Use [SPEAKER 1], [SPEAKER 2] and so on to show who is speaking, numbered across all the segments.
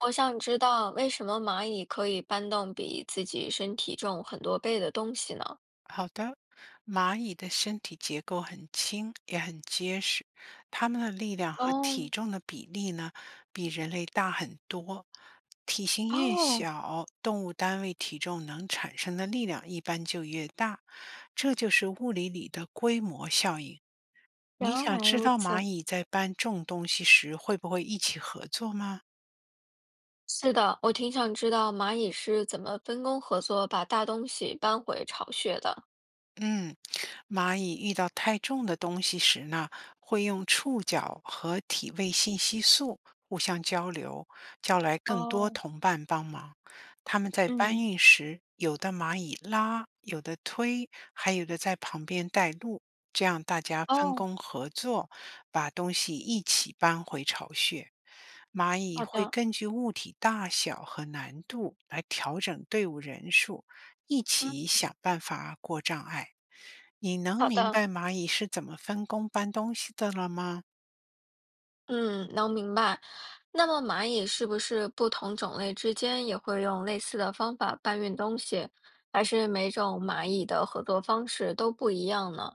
[SPEAKER 1] 我想知道为什么蚂蚁可以搬动比自己身体重很多倍的东西呢？
[SPEAKER 2] 好的，蚂蚁的身体结构很轻，也很结实，它们的力量和
[SPEAKER 1] 哦
[SPEAKER 2] 体重的比例呢，比人类大很多。体型越
[SPEAKER 1] 哦，
[SPEAKER 2] 小，动物单位体重能产生的力量一般就越大，这就是物理里的规模效应。
[SPEAKER 1] 原
[SPEAKER 2] 你想
[SPEAKER 1] 来
[SPEAKER 2] 知
[SPEAKER 1] 如
[SPEAKER 2] 道蚂
[SPEAKER 1] 此。
[SPEAKER 2] 蚁在搬重东西时会不会一起合作吗？
[SPEAKER 1] 是的，我挺想知道蚂蚁是怎么分工合作把大东西搬回巢穴的。
[SPEAKER 2] 嗯，蚂蚁遇到太重的东西时呢，会用触角和体味信息素互相交流，叫来更多
[SPEAKER 1] 哦，
[SPEAKER 2] 同伴帮忙。它们在搬
[SPEAKER 1] 嗯，
[SPEAKER 2] 运时，有的蚂蚁拉，有的推，还有的在旁边带路，这样大家分
[SPEAKER 1] 哦，
[SPEAKER 2] 工合作，把东西一起搬回巢穴。蚂蚁
[SPEAKER 1] 好
[SPEAKER 2] 会
[SPEAKER 1] 的，
[SPEAKER 2] 根据物体大小和难度来调整队伍人数，一
[SPEAKER 1] 嗯，
[SPEAKER 2] 起想办法过障碍。你能
[SPEAKER 1] 好
[SPEAKER 2] 明
[SPEAKER 1] 的，
[SPEAKER 2] 白蚂蚁是怎么分工搬东西的了吗？
[SPEAKER 1] 嗯，能明白。那么蚂蚁是不是不同种类之间也会用类似的方法搬运东西，还是每种蚂蚁的合作方式都不一样呢？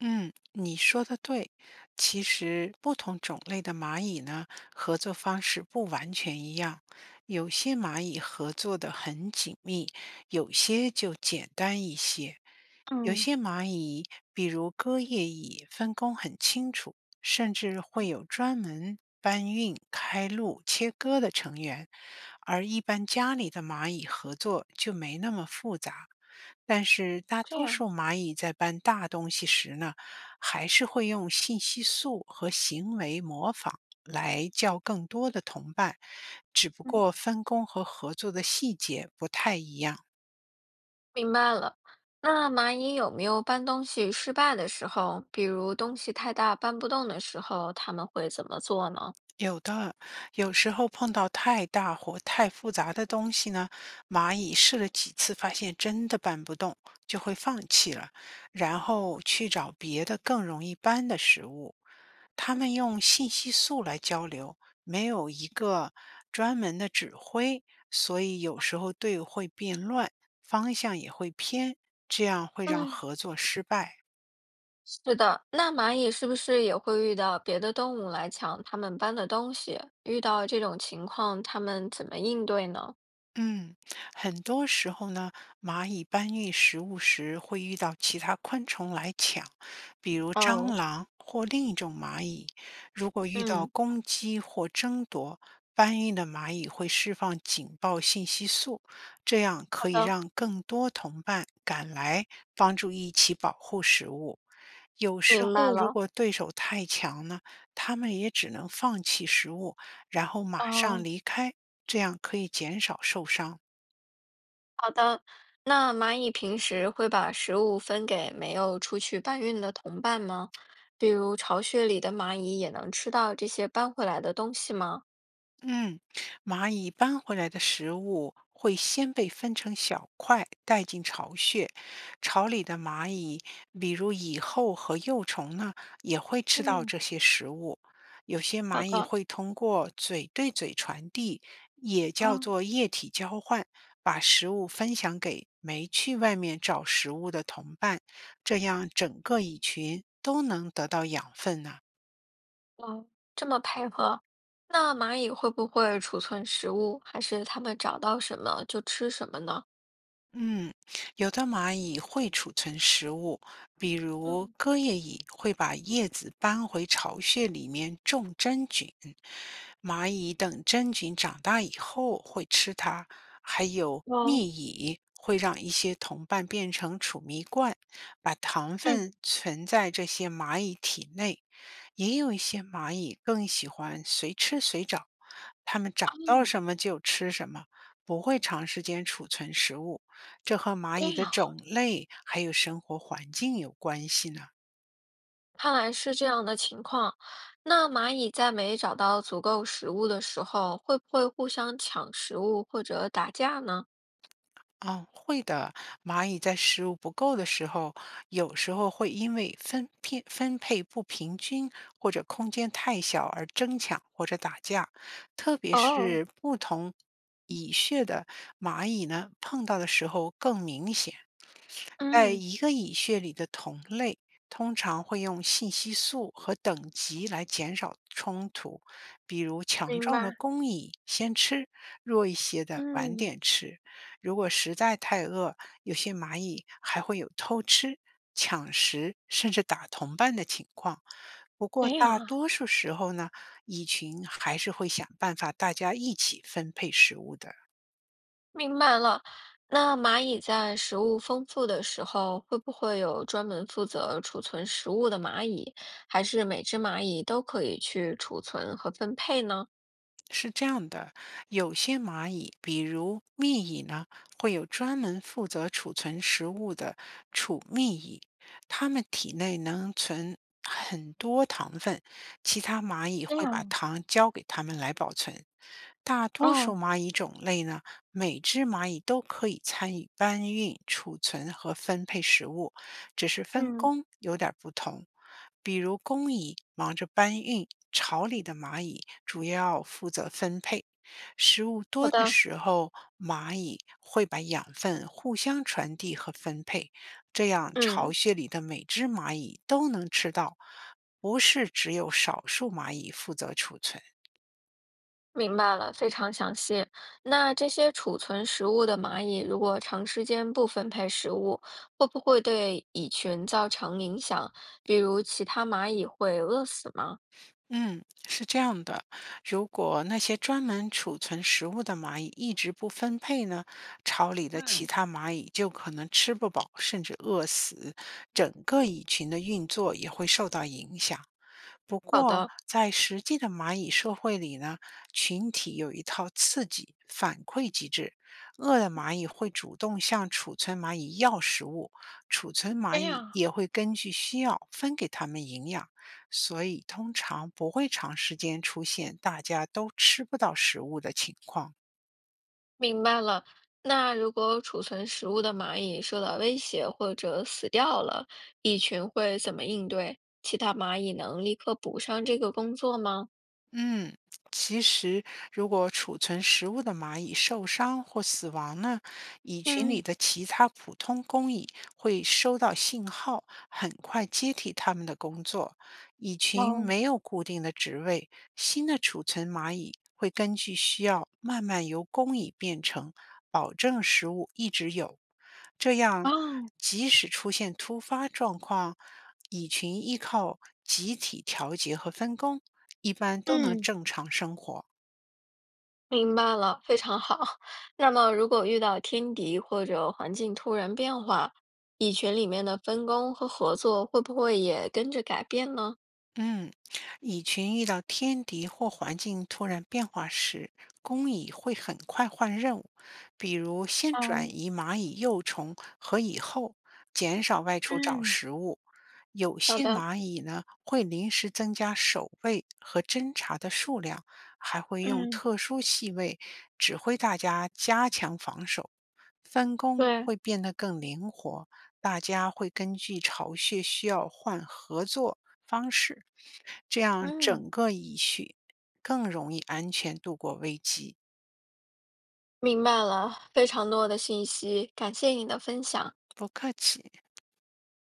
[SPEAKER 2] 嗯，你说的对。其实不同种类的蚂蚁呢，合作方式不完全一样。有些蚂蚁合作的很紧密，有些就简单一些。有
[SPEAKER 1] 嗯。
[SPEAKER 2] 些蚂蚁，比如割叶蚁，分工很清楚，甚至会有专门搬运、开路、切割的成员。而一般家里的蚂蚁合作就没那么复杂。但是大
[SPEAKER 1] 这
[SPEAKER 2] 多
[SPEAKER 1] 样，
[SPEAKER 2] 数蚂蚁在搬大东西时呢，还是会用信息素和行为模仿来叫更多的同伴，只不
[SPEAKER 1] 嗯，
[SPEAKER 2] 过分工和合作的细节不太一样。
[SPEAKER 1] 明白了。那蚂蚁有没有搬东西失败的时候？比如东西太大搬不动的时候，他们会怎么做呢？
[SPEAKER 2] 有的，有时候碰到太大或太复杂的东西呢，蚂蚁试了几次，发现真的搬不动，就会放弃了，然后去找别的更容易搬的食物。它们用信息素来交流，没有一个专门的指挥，所以有时候队伍会变乱，方向也会偏，这样会让
[SPEAKER 1] 嗯，
[SPEAKER 2] 合作失败。
[SPEAKER 1] 是的，那蚂蚁是不是也会遇到别的动物来抢它们搬的东西？遇到这种情况，它们怎么应对呢？
[SPEAKER 2] 嗯，很多时候呢，蚂蚁搬运食物时会遇到其他昆虫来抢，比如蟑
[SPEAKER 1] 哦，
[SPEAKER 2] 螂或另一种蚂蚁。如果遇到
[SPEAKER 1] 嗯，
[SPEAKER 2] 攻击或争夺，搬运的蚂蚁会释放警报信息素，这样
[SPEAKER 1] 好
[SPEAKER 2] 可以
[SPEAKER 1] 的，
[SPEAKER 2] 让更多同伴赶来，帮助一起保护食物。有时
[SPEAKER 1] 明白
[SPEAKER 2] 候如
[SPEAKER 1] 了。
[SPEAKER 2] 果对手太强呢，他们也只能放弃食物，然后马上
[SPEAKER 1] 哦，
[SPEAKER 2] 离开，这样可以减少受伤。
[SPEAKER 1] 那蚂蚁平时会把食物分给没有出去搬运的同伴吗？比如巢穴里的蚂蚁也能吃到这些搬回来的东西吗？
[SPEAKER 2] 嗯，蚂蚁搬回来的食物会先被分成小块，带进巢穴。巢里的蚂蚁，比如蚁后和幼虫呢，也会吃到
[SPEAKER 1] 嗯，
[SPEAKER 2] 这些食物。有些
[SPEAKER 1] 好
[SPEAKER 2] 蚂蚁
[SPEAKER 1] 的，
[SPEAKER 2] 会通过嘴对嘴传递，也叫
[SPEAKER 1] 啊，
[SPEAKER 2] 做液体交换，把食物分享给没去外面找食物的同伴，这样整个蚁群都能得到养分呢。
[SPEAKER 1] 哦，这么配合，那蚂蚁会不会储存食物，还是它们找到什么就吃什么呢？
[SPEAKER 2] 嗯，有的蚂蚁会储存食物，比如
[SPEAKER 1] 嗯，
[SPEAKER 2] 割叶蚁会把叶子搬回巢穴里面种真菌。蚂蚁等真菌长大以后会吃它，还有
[SPEAKER 1] 哦，
[SPEAKER 2] 蜜蚁会让一些同伴变成储蜜罐，把糖
[SPEAKER 1] 嗯，
[SPEAKER 2] 分存在这些蚂蚁体内。也有一些蚂蚁更喜欢随吃随找，它们
[SPEAKER 1] 啊，
[SPEAKER 2] 找到什么就吃什么，不会长时间储存食物。这和蚂
[SPEAKER 1] 这
[SPEAKER 2] 蚁的
[SPEAKER 1] 样，
[SPEAKER 2] 种类还有生活环境有关系呢。
[SPEAKER 1] 看来是这样的情况。那蚂蚁在没找到足够食物的时候，会不会互相抢食物或者打架呢？
[SPEAKER 2] 啊、会的。蚂蚁在食物不够的时候，有时候会因为分片分配不平均或者空间太小而争抢或者打架，特别
[SPEAKER 1] 哦，
[SPEAKER 2] 是不同蚁穴的蚂蚁呢，碰到的时候更明显。在
[SPEAKER 1] 嗯，
[SPEAKER 2] 一个蚁穴里的同类，通常会用信息素和等级来减少冲突，比如强
[SPEAKER 1] 明
[SPEAKER 2] 壮
[SPEAKER 1] 白，
[SPEAKER 2] 的公蚁先吃，弱一些的晚
[SPEAKER 1] 嗯，
[SPEAKER 2] 点吃。如果实在太饿，有些蚂蚁还会有偷吃、抢食，甚至打同伴的情况。不过，
[SPEAKER 1] 这
[SPEAKER 2] 大
[SPEAKER 1] 样啊
[SPEAKER 2] 多数时候呢，蚁群还是会想办法大家一起分配食物的。
[SPEAKER 1] 明白了。那蚂蚁在食物丰富的时候，会不会有专门负责储存食物的蚂蚁，还是每只蚂蚁都可以去储存和分配呢？
[SPEAKER 2] 是这样的，有些蚂蚁，比如蜜蚁呢，会有专门负责储存食物的储蜜蚁，它们体内能存很多糖分，其他蚂蚁
[SPEAKER 1] 这
[SPEAKER 2] 会把
[SPEAKER 1] 样，
[SPEAKER 2] 糖交给它们来保存。大多数
[SPEAKER 1] 哦，
[SPEAKER 2] 蚂蚁种类呢，每只蚂蚁都可以参与搬运、储存和分配食物，只是分
[SPEAKER 1] 嗯，
[SPEAKER 2] 工有点儿不同。比如工蚁忙着搬运，巢里的蚂蚁主要负责分配。食物
[SPEAKER 1] 好
[SPEAKER 2] 多的
[SPEAKER 1] 的，
[SPEAKER 2] 时候，蚂蚁会把养分互相传递和分配，这样巢
[SPEAKER 1] 嗯，
[SPEAKER 2] 穴里的每只蚂蚁都能吃到，不是只有少数蚂蚁负责储存。
[SPEAKER 1] 明白了，非常详细。那这些储存食物的蚂蚁，如果长时间不分配食物，会不会对蚁群造成影响？比如其他蚂蚁会饿死吗？
[SPEAKER 2] 嗯，是这样的，如果那些专门储存食物的蚂蚁一直不分配呢，巢里的其
[SPEAKER 1] 嗯，
[SPEAKER 2] 他蚂蚁就可能吃不饱，甚至饿死，整个蚁群的运作也会受到影响。不
[SPEAKER 1] 好
[SPEAKER 2] 过，
[SPEAKER 1] 的，
[SPEAKER 2] 在实际的蚂蚁社会里呢，群体有一套刺激反馈机制，饿的蚂蚁会主动向储存蚂蚁要食物，储存蚂
[SPEAKER 1] 这
[SPEAKER 2] 蚁
[SPEAKER 1] 样
[SPEAKER 2] 也会根据需要分给它们营养。所以通常不会长时间出现大家都吃不到食物的情况。
[SPEAKER 1] 明白了。那如果储存食物的蚂蚁受到威胁或者死掉了，蚁群会怎么应对？其他蚂蚁能立刻补上这个工作吗？
[SPEAKER 2] 嗯，其实如果储存食物的蚂蚁受伤或死亡呢，蚁群里
[SPEAKER 1] 嗯，
[SPEAKER 2] 的其他普通工蚁会收到信号，很快接替它们的工作。蚁群
[SPEAKER 1] 哦，
[SPEAKER 2] 没有固定的职位，新的储存蚂蚁会根据需要慢慢由工蚁变成，保证食物一直有。这样，
[SPEAKER 1] 哦，
[SPEAKER 2] 即使出现突发状况，蚁群依靠集体调节和分工，一般都能
[SPEAKER 1] 嗯，
[SPEAKER 2] 正常生活。
[SPEAKER 1] 明白了，非常好。那么，如果遇到天敌或者环境突然变化，蚁群里面的分工和合作会不会也跟着改变呢？
[SPEAKER 2] 嗯，蚁群遇到天敌或环境突然变化时，工蚁会很快换任务，比如先转
[SPEAKER 1] 哦，
[SPEAKER 2] 移蚂蚁幼虫和蚁后，减少外
[SPEAKER 1] 嗯
[SPEAKER 2] 出找
[SPEAKER 1] 嗯，
[SPEAKER 2] 食物。有
[SPEAKER 1] 好
[SPEAKER 2] 些
[SPEAKER 1] 的，
[SPEAKER 2] 蚂蚁呢会临时增加守卫和侦察的数量，还会用
[SPEAKER 1] 嗯，
[SPEAKER 2] 特殊气味指挥大家加强防守。分工
[SPEAKER 1] 对，
[SPEAKER 2] 会变得更灵活，大家会根据巢穴需要换合作方式，这样
[SPEAKER 1] 嗯。
[SPEAKER 2] 整个蚁穴更容易安全度过危机。
[SPEAKER 1] 明白了，非常多的信息，感谢你的分享。
[SPEAKER 2] 不客气。